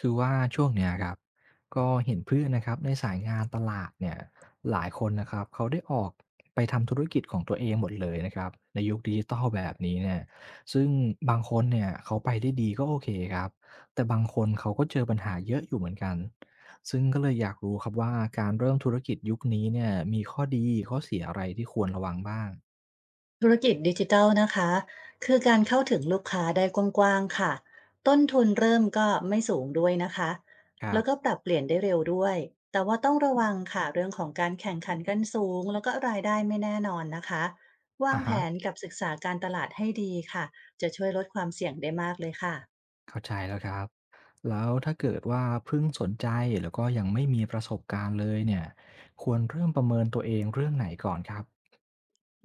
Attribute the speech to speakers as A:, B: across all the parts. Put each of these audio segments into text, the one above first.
A: คือว่าช่วงเนี้ยครับก็เห็นเพื่อนนะครับในสายงานตลาดเนี่ยหลายคนนะครับเขาได้ออกไปทำธุรกิจของตัวเองหมดเลยนะครับในยุคดิจิตอลแบบนี้เนี่ยซึ่งบางคนเนี่ยเขาไปได้ดีก็โอเคครับแต่บางคนเขาก็เจอปัญหาเยอะอยู่เหมือนกันซึ่งก็เลยอยากรู้ครับว่าการเริ่มธุรกิจยุคนี้เนี่ยมีข้อดีข้อเสียอะไรที่ควรระวังบ้าง
B: ธุรกิจดิจิทัลนะคะคือการเข้าถึงลูกค้าได้กว้างๆค่ะต้นทุนเริ่มก็ไม่สูงด้วยนะคะ
A: ครั
B: แล้วก็ป
A: บ
B: รับเปลี่ยนได้เร็วด้วยแต่ว่าต้องระวังค่ะเรื่องของการแข่งขันกันสูงแล้วก็รายได้ไม่แน่นอนนะคะวา
A: อ่ะ
B: งแผน
A: ฮะ
B: กับศึกษาการตลาดให้ดีค่ะจะช่วยลดความเสี่ยงได้มากเลยค่ะ
A: เข้าใจแล้วครับแล้วถ้าเกิดว่าเพิ่งสนใจแล้วก็ยังไม่มีประสบการณ์เลยเนี่ยควรเริ่มประเมินตัวเองเรื่องไหนก่อนครับ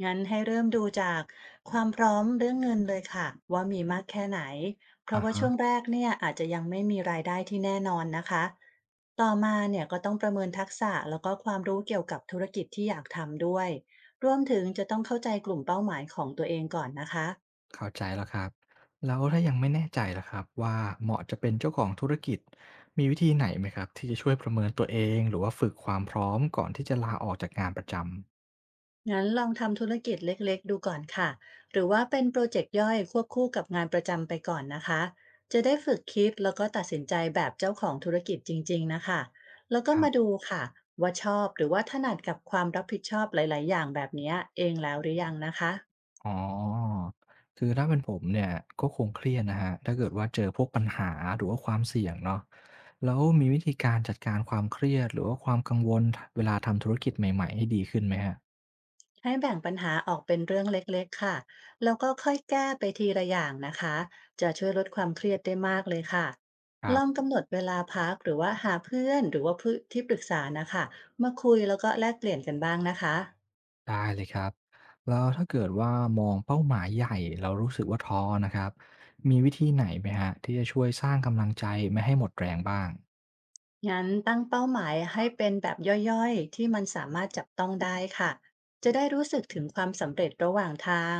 B: งั้นให้เริ่มดูจากความพร้อมเรื่องเงินเลยค่ะว่ามีมากแค่ไหนเพ
A: อะ
B: ราะว่า
A: ฮะ
B: ช่วงแรกเนี่ยอาจจะยังไม่มีรายได้ที่แน่นอนนะคะต่อมาเนี่ยก็ต้องประเมินทักษะแล้วก็ความรู้เกี่ยวกับธุรกิจที่อยากทำด้วยรวมถึงจะต้องเข้าใจกลุ่มเป้าหมายของตัวเองก่อนนะคะ
A: เข้าใจแล้วครับแล้วถ้ายังไม่แน่ใจล่ะครับว่าเหมาะจะเป็นเจ้าของธุรกิจมีวิธีไหนไหมครับที่จะช่วยประเมินตัวเองหรือว่าฝึกความพร้อมก่อนที่จะลาออกจากงานประจ
B: งั้นลองทำธุรกิจเล็กๆดูก่อนค่ะหรือว่าเป็นโปรเจกต์ย่อยควบคู่กับงานประจำไปก่อนนะคะจะได้ฝึกคิดแล้วก็ตัดสินใจแบบเจ้าของธุรกิจจริงๆนะคะแล้วก็มา
A: ำ
B: ดูค่ะว่าชอบหรือว่าถนัดกับความรับผิดชอบหลายๆอย่างแบบเนี้ยเองแล้วหรือยังนะคะ
A: อ๋อคือถ้าเป็นผมเนี่ยก็คงเครียดนะครับถ้าเกิดว่าเจอพวกปัญหาหรือว่าความเสี่ยงเนาะแล้วมีวิธีการจัดการความเครียดหรือว่าความกังวลทเวลาทำธุรกิจใหม่ๆให้ดีขึ้นไหมครับ
B: ให้แบ่งปัญหาออกเป็นเรื่องเล็กๆ ค่ะ แล้วก็ค่อยแก้ไปทีละอย่างนะคะ จะช่วยลดความเครียดได้มากเลยค่ะ
A: ครั
B: ล
A: บ
B: องกำหนดเวลาพักหรือว่าหาเพื่อนหรือว่าผู้ที่ปรึกษานะคะ มาคุยแล้วก็แลกเปลี่ยนกันบ้างนะคะ
A: ได้เลยครับ แล้วถ้าเกิดว่ามองเป้าหมายใหญ่แล้วรู้สึกว่าท้อนะครับ มีวิธีไหนไหมครับที่จะช่วยสร้างกำลังใจไม่ให้หมดแรงบ้าง
B: งั้นตั้งเป้าหมายให้เป็นแบบย่อยๆที่มันสามารถจับต้องได้ค่ะจะได้รู้สึกถึงความสำเร็จระหว่างทาง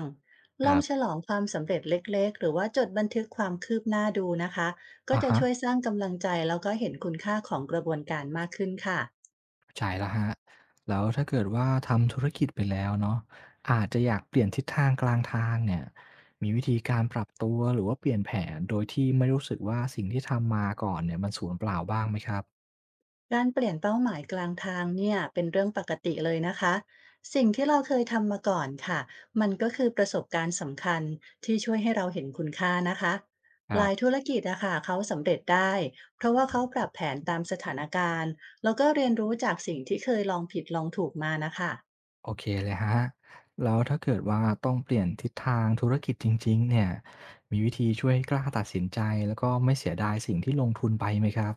A: ค
B: ลอ
A: รั
B: งฉ
A: บ
B: ลองความสำเร็จเล็กๆหรือว่าจดบันทึกความคืบหน้าดูนะคะก็
A: อะ
B: จะ
A: ฮะ
B: ช่วยสร้างกำลังใจแล้วก็เห็นคุณค่าของกระบวนการมากขึ้นค่ะ
A: ใช่แล้วฮะบแล้วถ้าเกิดว่าทำธุรกิจไปแล้วเนาะอาจจะอยากเปลี่ยนทิศทางกลางทางเนี่ยมีวิธีการปรับตัวหรือว่าเปลี่ยนแผนโดยที่ไม่รู้สึกว่าสิ่งที่ทำมาก่อนเนี่ยมันสูญเปล่าบ้างไหมครับ
B: การเปลี่ยนเป้าหมายกลางทางเนี่ยเป็นเรื่องปกติเลยนะคะสิ่งที่เราเคยทำมาก่อนค่ะมันก็คือประสบการณ์สำคัญที่ช่วยให้เราเห็นคุณค่านะคะ
A: ค
B: ห
A: รั
B: ลายธุ
A: บ
B: รกิจอะค่ะเขาสำเร็จได้เพราะว่าเขาปรับแผนตามสถานการณ์แล้วก็เรียนรู้จากสิ่งที่เคยลองผิดลองถูกมานะคะ
A: โอเคเลยครับแล้วถ้าเกิดว่าต้องเปลี่ยนทิศทางธุรกิจจริงๆเนี่ยมีวิธีช่วยให้กล้าตัดสินใจแล้วก็ไม่เสียดายสิ่งที่ลงทุนไปไหมครับ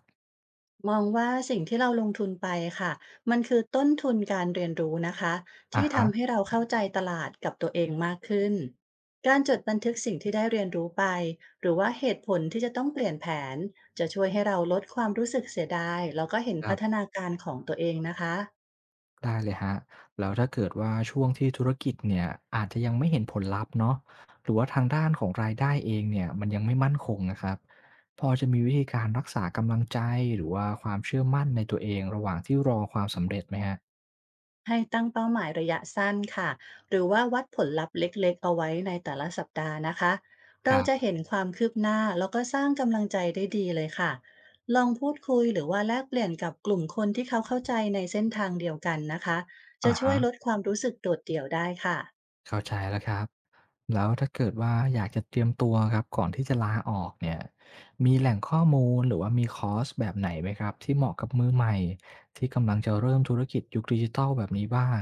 B: มองว่าสิ่งที่เราลงทุนไปค่ะมันคือต้นทุนการเรียนรู้นะคะ
A: อะ
B: ที่ทำให้
A: ฮะ
B: เราเข้าใจตลาดกับตัวเองมากขึ้นการจดบันทึกสิ่งที่ได้เรียนรู้ไปหรือว่าเหตุผลที่จะต้องเปลี่ยนแผนจะช่วยให้เราลดความรู้สึกเสียดายแล้วก็เห็น
A: ครั
B: พัฒ
A: บ
B: นาการของตัวเองนะคะ
A: ได้เลยฮะแล้วถ้าเกิดว่าช่วงที่ธุรกิจเนี่ยอาจจะยังไม่เห็นผลลัพธ์เนาะหรือว่าทางด้านของรายได้เองเนี่ยมันยังไม่มั่นคงนะครับพอจะมีวิธีการรักษากำลังใจหรือว่าความเชื่อมั่นในตัวเองระหว่างที่รอความสำเร็จไหมฮะ
B: ให้ตั้งเป้าหมายระยะสั้นค่ะหรือว่าวัดผลลัพธ์เล็กๆเอาไว้ในแต่ละสัปดาห์นะคะ
A: ค
B: เรา
A: รั
B: จะ
A: บ
B: เห็นความคืบหน้าแล้วก็สร้างกำลังใจได้ดีเลยค่ะลองพูดคุยหรือว่าแลกเปลี่ยนกับกลุ่มคนที่เขาเข้าใจในเส้นทางเดียวกันนะคะจะ
A: อะ
B: ช่ว
A: ฮะ
B: ยลดความรู้สึกโดดเดี่ยวได้ค่ะ
A: เข้าใจแล้วครับแล้วถ้าเกิดว่าอยากจะเตรียมตัวครับก่อนที่จะลาออกเนี่ยมีแหล่งข้อมูลหรือว่ามีคอร์สแบบไหนไหมครับที่เหมาะกับมือใหม่ที่กำลังจะเริ่มธุรกิจยุคดิจิทัลแบบนี้บ้าง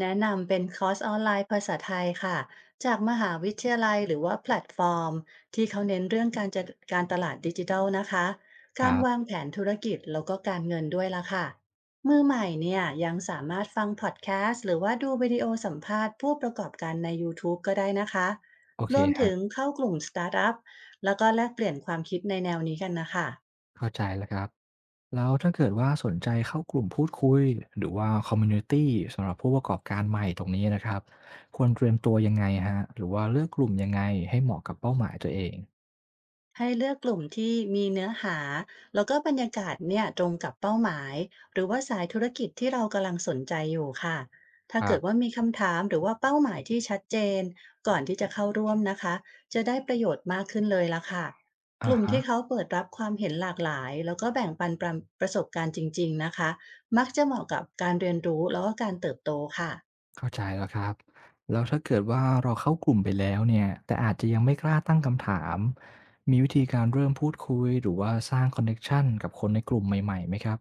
B: แนะนำเป็นคอร์สออนไลน์ภาษาไทยค่ะจากมหาวิทยาลัยหรือว่าแพลตฟอร์มที่เขาเน้นเรื่องการจัดการตลาดดิจิทัลนะคะ
A: ค
B: กา
A: รั
B: รวาง
A: บ
B: แผนธุรกิจแล้วก็การเงินด้วยละค่ะมือใหม่เนี่ยยังสามารถฟังพอดแคสต์หรือว่าดูวิดีโอสัมภาษณ์ผู้ประกอบการใน YouTube ก็ได้นะคะ
A: โอเค
B: รวม
A: ครั
B: ถึง
A: บ
B: เข้ากลุ่มสตาร์ทอัพแล้วก็แลกเปลี่ยนความคิดในแนวนี้กันนะคะ
A: เข้าใจแล้วครับแล้วถ้าเกิดว่าสนใจเข้ากลุ่มพูดคุยหรือว่าคอมมิวนิตีสำหรับผู้ประกอบการใหม่ตรงนี้นะครับควรเตรียมตัวยังไงฮะหรือว่าเลือกกลุ่มยังไงให้เหมาะกับเป้าหมายตัวเอง
B: ให้เลือกกลุ่มที่มีเนื้อหาแล้วก็บรรยากาศเนี่ยตรงกับเป้าหมายหรือว่าสายธุรกิจที่เรากำลังสนใจอยู่ค่ะถ้า
A: ครั
B: เกิดว่า
A: บ
B: มีคำถามหรือว่าเป้าหมายที่ชัดเจนก่อนที่จะเข้าร่วมนะคะจะได้ประโยชน์มากขึ้นเลยละค่ะก
A: อา
B: ลุ่ม
A: ฮะ
B: ที่เขาเปิดรับความเห็นหลากหลายแล้วก็แบ่งปันประสบการณ์จริงๆนะคะมักจะเหมาะกับการเรียนรู้แล้วก็การเติบโตค่ะ
A: เข้าใจแล้วครับแล้วถ้าเกิดว่าเราเข้ากลุ่มไปแล้วเนี่ยแต่อาจจะยังไม่กล้าตั้งคำถามมีวิธีการเริ่มพูดคุยหรือว่าสร้างคอนเน็ชันกับคนในกลุ่มใหม่ๆไหมครับ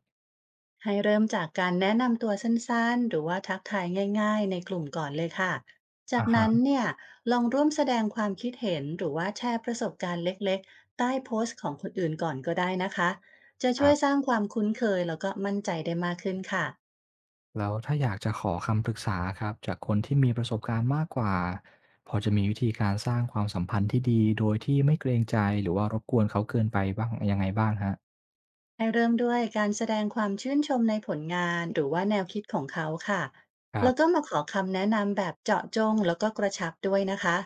B: ให้เริ่มจากการแนะนำตัวสั้นๆ หรือว่าทักทายง่ายๆในกลุ่มก่อนเลยค่ะ จา
A: อา
B: กนั้น
A: ฮะ
B: เนี่ยลองร่วมแสดงความคิดเห็นหรือว่าแชร์ประสบการณ์เล็กๆ ใต้โพสต์ของคนอื่นก่อนก็ได้นะคะ จะ
A: ค
B: ช่ว
A: รั
B: ยส
A: บ
B: ร้างความคุ้นเคยแล้วก็มั่นใจได้มากขึ้นค่ะ
A: แล้วถ้าอยากจะขอคำปรึกษาครับจากคนที่มีประสบการณ์มากกว่าพอจะมีวิธีการสร้างความสัมพันธ์ที่ดีโดยที่ไม่เกรงใจหรือว่ารบกวนเขาเกินไปบ้างยังไงบ้างครับ
B: ให้เริ่มด้วยการแสดงความชื่นชมในผลงานหรือว่าแนวคิดของเขาค่ะ
A: ครั
B: แล้วก็
A: บ
B: มาขอคำแนะนำแบบเจาะจงแล้วก็กระชับด้วยนะคะ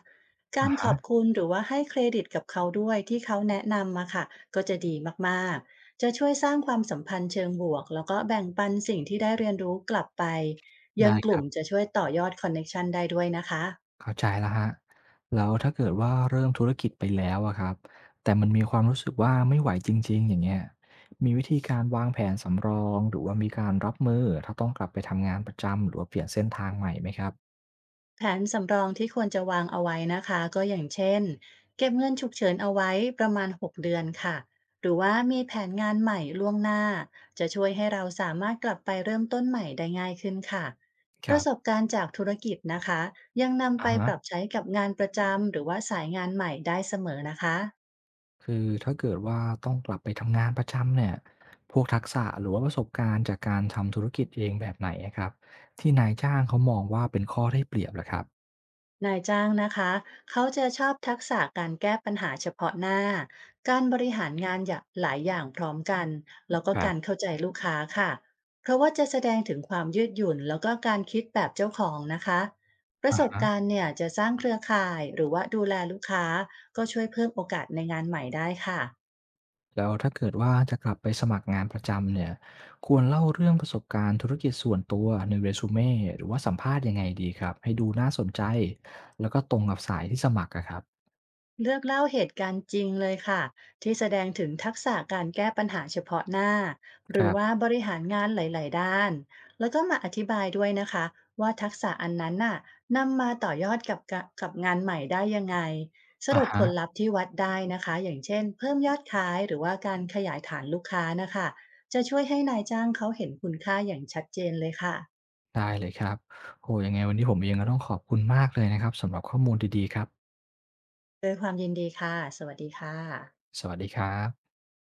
B: กา
A: อะ
B: รขอบ
A: ฮะ
B: คุณหรือว่าให้เครดิตกับเขาด้วยที่เขาแนะนำมาค่ะก็จะดีมากๆ จะช่วยสร้างความสัมพันธ์เชิงบวกแล้วก็แบ่งปันสิ่งที่ได้เรียนรู้กลับไปยัง
A: ได้
B: ก
A: ครั
B: ลุ่มจะ
A: บ
B: ช่วยต่อยอดคอนเน็ชันได้ด้วยนะคะ
A: เข้าใจแล้วครับแล้วถ้าเกิดว่าเริ่มธุรกิจไปแล้วอะครับแต่มันมีความรู้สึกว่าไม่ไหวจริงๆอย่างเงี้ยมีวิธีการวางแผนสำรองหรือว่ามีการรับมือถ้าต้องกลับไปทำงานประจำหรือว่าเปลี่ยนเส้นทางใหม่ไหมครับ
B: แผนสำรองที่ควรจะวางเอาไว้นะคะก็อย่างเช่นเก็บเงินฉุกเฉินเอาไว้ประมาณ6เดือนค่ะหรือว่ามีแผนงานใหม่ล่วงหน้าจะช่วยให้เราสามารถกลับไปเริ่มต้นใหม่ได้ง่ายขึ้นค่ะ
A: ค
B: ประ
A: รับ
B: สบการณ์จากธุรกิจนะคะยังนำ
A: อะ
B: ไปป
A: ฮะ
B: รับใช้กับงานประจำหรือว่าสายงานใหม่ได้เสมอนะคะ
A: คือถ้าเกิดว่าต้องกลับไปทำงานประจำเนี่ยพวกทักษะหรือว่าประสบการณ์จากการทำธุรกิจเองแบบไหนอะครับที่นายจ้างเขามองว่าเป็นข้อได้เปรียบเหรอครับ
B: นายจ้างนะคะเขาจะชอบทักษะการแก้ปัญหาเฉพาะหน้าการบริหารงานอย่างหลายอย่างพร้อมกันแล้วก็
A: ครั
B: การ
A: บ
B: เข้าใจลูกค้าค่ะเพราะว่าจะแสดงถึงความยืดหยุ่นแล้วก็การคิดแบบเจ้าของนะคะประ
A: อะ
B: สบ
A: ฮะ
B: การณ์เนี่ยจะสร้างเครือข่ายหรือว่าดูแลลูกค้าก็ช่วยเพิ่มโอกาสในงานใหม่ได้ค่ะ
A: แล้วถ้าเกิดว่าจะกลับไปสมัครงานประจำเนี่ยควรเล่าเรื่องประสบการณ์ธุรกิจส่วนตัวในเรซูเมหรือว่าสัมภาษณ์ยังไงดีครับให้ดูน่าสนใจแล้วก็ตรงกับสายที่สมัครอะครับ
B: เลือกเล่าเหตุการณ์จริงเลยค่ะที่แสดงถึงทักษะการแก้ปัญหาเฉพาะหน้าห
A: ค
B: รือ
A: รั
B: ว่า
A: บ
B: บริหารงานหลายๆด้านแล้วก็มาอธิบายด้วยนะคะว่าทักษะอันนั้นน่ะนำมาต่อยอดกับงานใหม่ได้ยังไงส
A: อะ
B: รุปผล
A: ฮะ
B: ลัพธ์ที่วัดได้นะคะอย่างเช่นเพิ่มยอดขายหรือว่าการขยายฐานลูกค้านะคะจะช่วยให้นายจ้างเขาเห็นคุณค่าอย่างชัดเจนเลยค่ะ
A: ได้เลยครับโหยังไงวันนี้ผมเองก็ต้องขอบคุณมากเลยนะครับสำหรับข้อมูลดีๆครับ
B: ด้วยความยินดีค่ะสวัสดีค่ะ
A: สวัสดีครับ